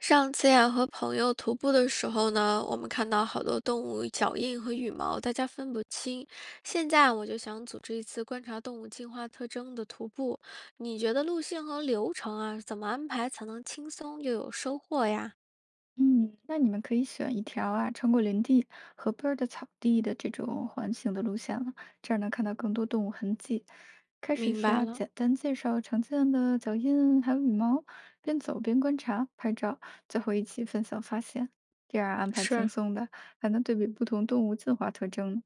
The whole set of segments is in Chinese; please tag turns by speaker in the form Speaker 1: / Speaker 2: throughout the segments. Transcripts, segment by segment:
Speaker 1: 上次呀，和朋友徒步的时候呢，我们看到好多动物脚印和羽毛，大家分不清。现在我就想组织一次观察动物进化特征的徒步，你觉得路线和流程啊，怎么安排才能轻松又有收获呀？
Speaker 2: 嗯，那你们可以选一条啊，穿过林地、河边儿的草地的这种环形的路线了，这样能看到更多动物痕迹。开始
Speaker 1: 明
Speaker 2: 时
Speaker 1: 白
Speaker 2: 啊，
Speaker 1: 了，
Speaker 2: 简单介绍常见的脚印，还有羽毛，边走边观察、拍照，最后一起分享发现。这样安排轻
Speaker 1: 是
Speaker 2: 松的，还能对比不同动物进化特征呢。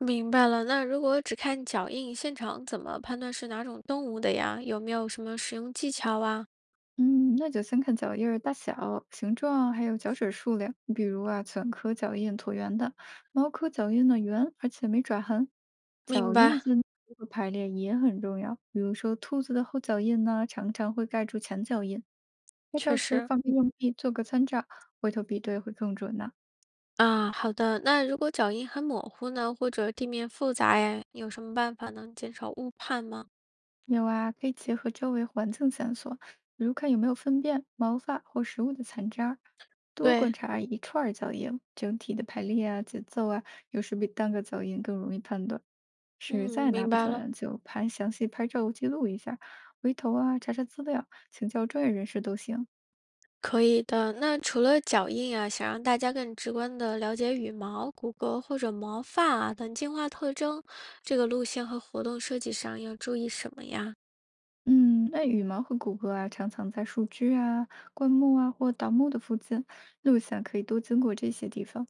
Speaker 1: 明白了。那如果只看脚印，现场怎么判断是哪种动物的呀？有没有什么使用技巧啊？
Speaker 2: 嗯，那就先看脚印儿大小、形状，还有脚趾数量。比如啊，犬科脚印椭圆的，猫科脚印呢圆，而且没爪痕。
Speaker 1: 明
Speaker 2: 脚印
Speaker 1: 白，
Speaker 2: 间的排列也很重要，比如说兔子的后脚印呢，常常会盖住前脚印。拍
Speaker 1: 确
Speaker 2: 照时
Speaker 1: 实。
Speaker 2: 放个硬币做个参照，回头比对会更准呢。
Speaker 1: 啊，好的。那如果脚印很模糊呢，或者地面复杂呀，有什么办法能减少误判吗？
Speaker 2: 有啊，可以结合周围环境线索，比如看有没有粪便、毛发或食物的残渣儿。多观
Speaker 1: 对，
Speaker 2: 察一串儿脚印，整体的排列啊、节奏啊，有时比单个脚印更容易判断。实
Speaker 1: 嗯，
Speaker 2: 在拿
Speaker 1: 明
Speaker 2: 不
Speaker 1: 白了，
Speaker 2: 准，就拍详细拍照记录一下，回头啊查查资料，请教专业人士都行。
Speaker 1: 可以的。那除了脚印啊，想让大家更直观的了解羽毛、骨骼或者毛发啊等进化特征，这个路线和活动设计上要注意什么呀？
Speaker 2: 嗯，那羽毛和骨骼啊，常常在树枝啊、灌木啊或倒木的附近，路线可以多经过这些地方，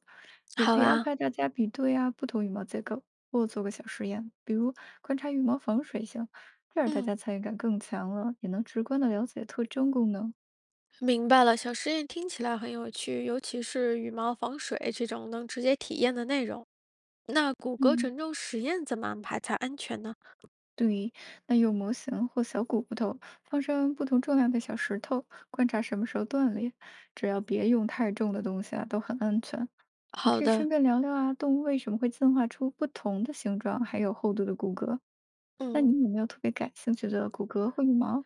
Speaker 2: 也
Speaker 1: 好
Speaker 2: 可以安
Speaker 1: 啊，
Speaker 2: 排大家比对啊不同羽毛结构，或做个小实验，比如观察羽毛防水性，这样大
Speaker 1: 嗯，
Speaker 2: 家参与感更强了，也能直观的了解特征功能。
Speaker 1: 明白了。小实验听起来很有趣，尤其是羽毛防水这种能直接体验的内容。那骨骼
Speaker 2: 嗯。
Speaker 1: 承重实验怎么安排才安全呢？
Speaker 2: 对，那用模型或小骨头放上不同重量的小石头，观察什么时候断裂。只要别用太重的东西啊，都很安全。你
Speaker 1: 好
Speaker 2: 可以
Speaker 1: 的，
Speaker 2: 顺便聊聊啊，动物为什么会进化出不同的形状，还有厚度的骨骼。那
Speaker 1: 嗯，
Speaker 2: 你有没有特别感兴趣的骨骼或羽毛？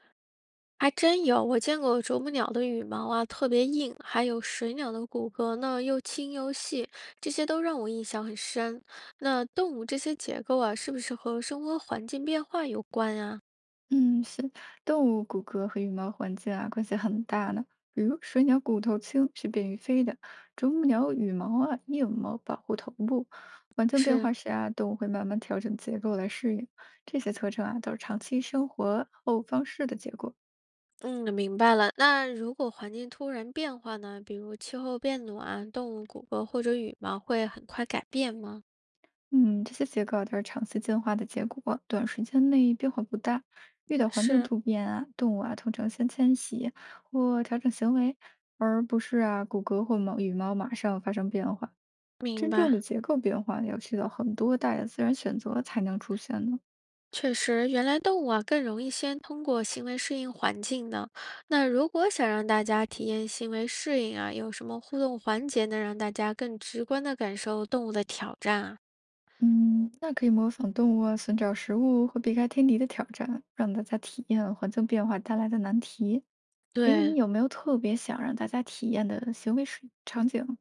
Speaker 1: 还真有，我见过啄木鸟的羽毛啊，特别硬，还有水鸟的骨骼呢，又轻又细，这些都让我印象很深。那动物这些结构啊，是不是和生活环境变化有关呀？
Speaker 2: 嗯，是动物骨骼和羽毛环境啊关系很大呢。比如水鸟骨头轻是便于飞的，啄木鸟羽毛啊硬毛保护头部。环境变化
Speaker 1: 是，
Speaker 2: 时啊，动物会慢慢调整结构来适应。这些特征啊都是长期生活后方式的结果。
Speaker 1: 嗯，明白了。那如果环境突然变化呢，比如气候变暖，动物骨骼或者羽毛会很快改变吗？
Speaker 2: 嗯，这些结构啊都是长期进化的结果，短时间内变化不大。遇到环境
Speaker 1: 是，
Speaker 2: 突变啊，动物啊通常先迁徙或调整行为，而不是啊骨骼或毛羽毛马上发生变化。
Speaker 1: 明
Speaker 2: 真正
Speaker 1: 白。
Speaker 2: 的结构变化要需要很多代的自然选择才能出现呢。
Speaker 1: 确实，原来动物啊更容易先通过行为适应环境呢。那如果想让大家体验行为适应啊，有什么互动环节能让大家更直观的感受动物的挑战啊？
Speaker 2: 嗯，那可以模仿动物啊，寻找食物或避开天敌的挑战，让大家体验环境变化带来的难题。诶，你
Speaker 1: 对，
Speaker 2: 有没有特别想让大家体验的行为是场景？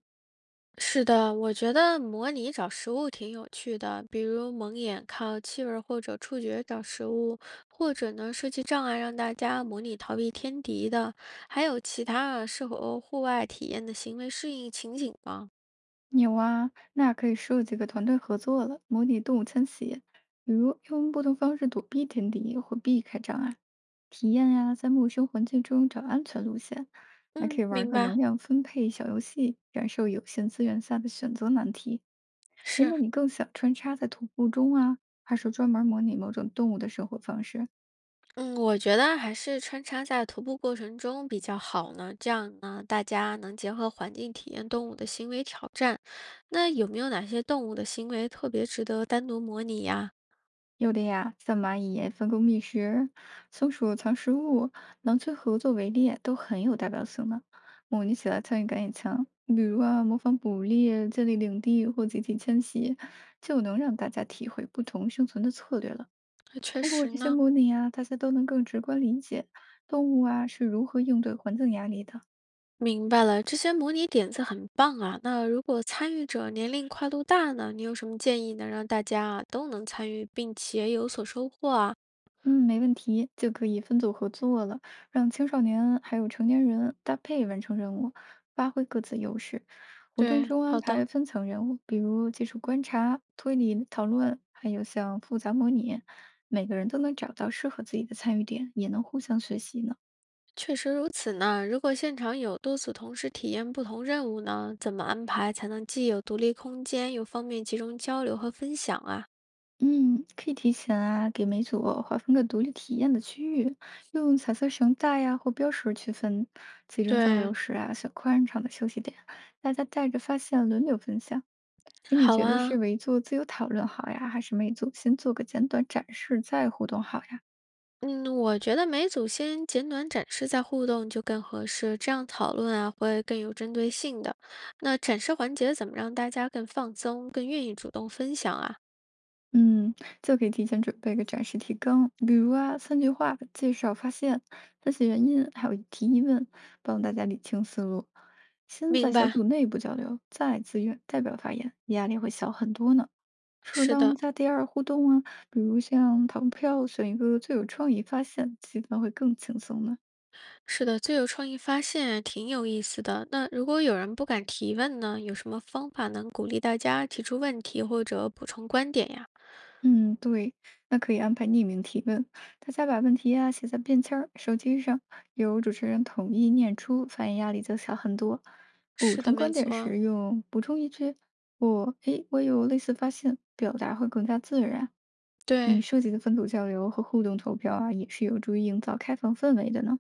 Speaker 1: 是的，我觉得模拟找食物挺有趣的，比如蒙眼靠气味儿或者触觉找食物，或者呢设计障碍让大家模拟逃避天敌的，还有其他啊适合户外体验的行为适应情景吗？
Speaker 2: 有啊，那可以设计个团队合作了，模拟动物迁徙，比如用不同方式躲避天敌或避开障碍，体验呀、在陌生环境中找安全路线，还可
Speaker 1: 嗯，
Speaker 2: 以玩
Speaker 1: 明
Speaker 2: 个能
Speaker 1: 白，
Speaker 2: 量分配小游戏，感受有限资源下的选择难题。哎，
Speaker 1: 是。
Speaker 2: 那你更想穿插在徒步中啊，还是专门模拟某种动物的生活方式啊？
Speaker 1: 嗯，我觉得还是穿插在徒步过程中比较好呢，这样呢，大家能结合环境体验动物的行为挑战。那有没有哪些动物的行为特别值得单独模拟呀？
Speaker 2: 有的呀，像蚂蚁分工觅食，松鼠藏食物，狼群合作围猎，都很有代表性呢。模拟起来参与感也强，比如啊，模仿捕猎、建立领地或集体迁徙，就能让大家体会不同生存的策略了。
Speaker 1: 确
Speaker 2: 通过
Speaker 1: 实
Speaker 2: 这些
Speaker 1: 呢，
Speaker 2: 模拟啊，大家都能更直观理解动物啊是如何应对环境压力的。
Speaker 1: 明白了，这些模拟点子很棒啊。那如果参与者年龄跨度大呢，你有什么建议能让大家啊都能参与并且有所收获啊？
Speaker 2: 嗯，没问题，就可以分组合作了，让青少年还有成年人搭配完成任务，发挥各自优势。活动
Speaker 1: 对，
Speaker 2: 中安
Speaker 1: 好
Speaker 2: 排
Speaker 1: 的。
Speaker 2: 分层任务，比如技术观察、推理讨论，还有像复杂模拟，每个人都能找到适合自己的参与点，也能互相学习呢。
Speaker 1: 确实如此呢。如果现场有多组同时体验不同任务呢，怎么安排才能既有独立空间，又方便集中交流和分享啊？
Speaker 2: 嗯，可以提前啊，给每组划分个独立体验的区域，用彩色绳带呀、或标识区分，集中交流
Speaker 1: 对，
Speaker 2: 时啊，选宽敞的休息点，大家带着发现轮流分享。哎，你
Speaker 1: 好嗯
Speaker 2: 觉得
Speaker 1: 啊，
Speaker 2: 是围坐自由讨论好呀，还是每组先做个简短展示再互动好呀？
Speaker 1: 嗯，我觉得每组先简短展示再互动就更合适，这样讨论啊会更有针对性的。那展示环节怎么让大家更放松，更愿意主动分享啊？
Speaker 2: 嗯，就可以提前准备个展示提纲，比如啊，三句话介绍发现、分析原因，还有提疑问，帮大家理清思路。先在
Speaker 1: 明
Speaker 2: 小
Speaker 1: 白，
Speaker 2: 组内部交流，再自愿代表发言，压力会小很多呢。适
Speaker 1: 是
Speaker 2: 当
Speaker 1: 的。
Speaker 2: 加第二互动啊，比如像投票选一个最有创意发现，气氛会更轻松呢。
Speaker 1: 是的，最有创意发现挺有意思的。那如果有人不敢提问呢，有什么方法能鼓励大家提出问题或者补充观点呀？
Speaker 2: 嗯，对，那可以安排匿名提问，大家把问题啊写在便签儿、手机上，由主持人统一念出，发言压力就小很多。补
Speaker 1: 是的，
Speaker 2: 充观
Speaker 1: 没
Speaker 2: 点
Speaker 1: 错，
Speaker 2: 时用补充一句我有类似发现”，表达会更加自然。你
Speaker 1: 对，
Speaker 2: 设计的分组交流和互动投票啊，也是有助于营造开放氛围的呢。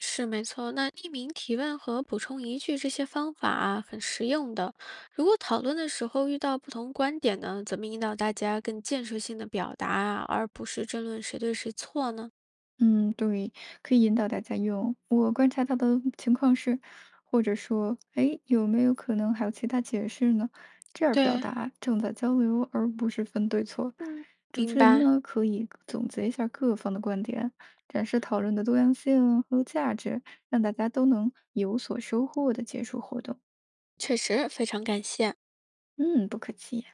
Speaker 1: 是没错。那匿名提问和补充一句这些方法啊，很实用的。如果讨论的时候遇到不同观点呢，怎么引导大家更建设性的表达啊，而不是争论谁对谁错呢？
Speaker 2: 嗯，对，可以引导大家用。我观察到的情况是，或者说，哎，有没有可能还有其他解释呢？这样表
Speaker 1: 对，
Speaker 2: 达正在交流，而不是分对错。
Speaker 1: 嗯，
Speaker 2: 主
Speaker 1: 明
Speaker 2: 持人
Speaker 1: 白，
Speaker 2: 呢，可以总结一下各方的观点，展示讨论的多样性和价值，让大家都能有所收获的结束活动。
Speaker 1: 确实非常感谢。
Speaker 2: 嗯，不可气。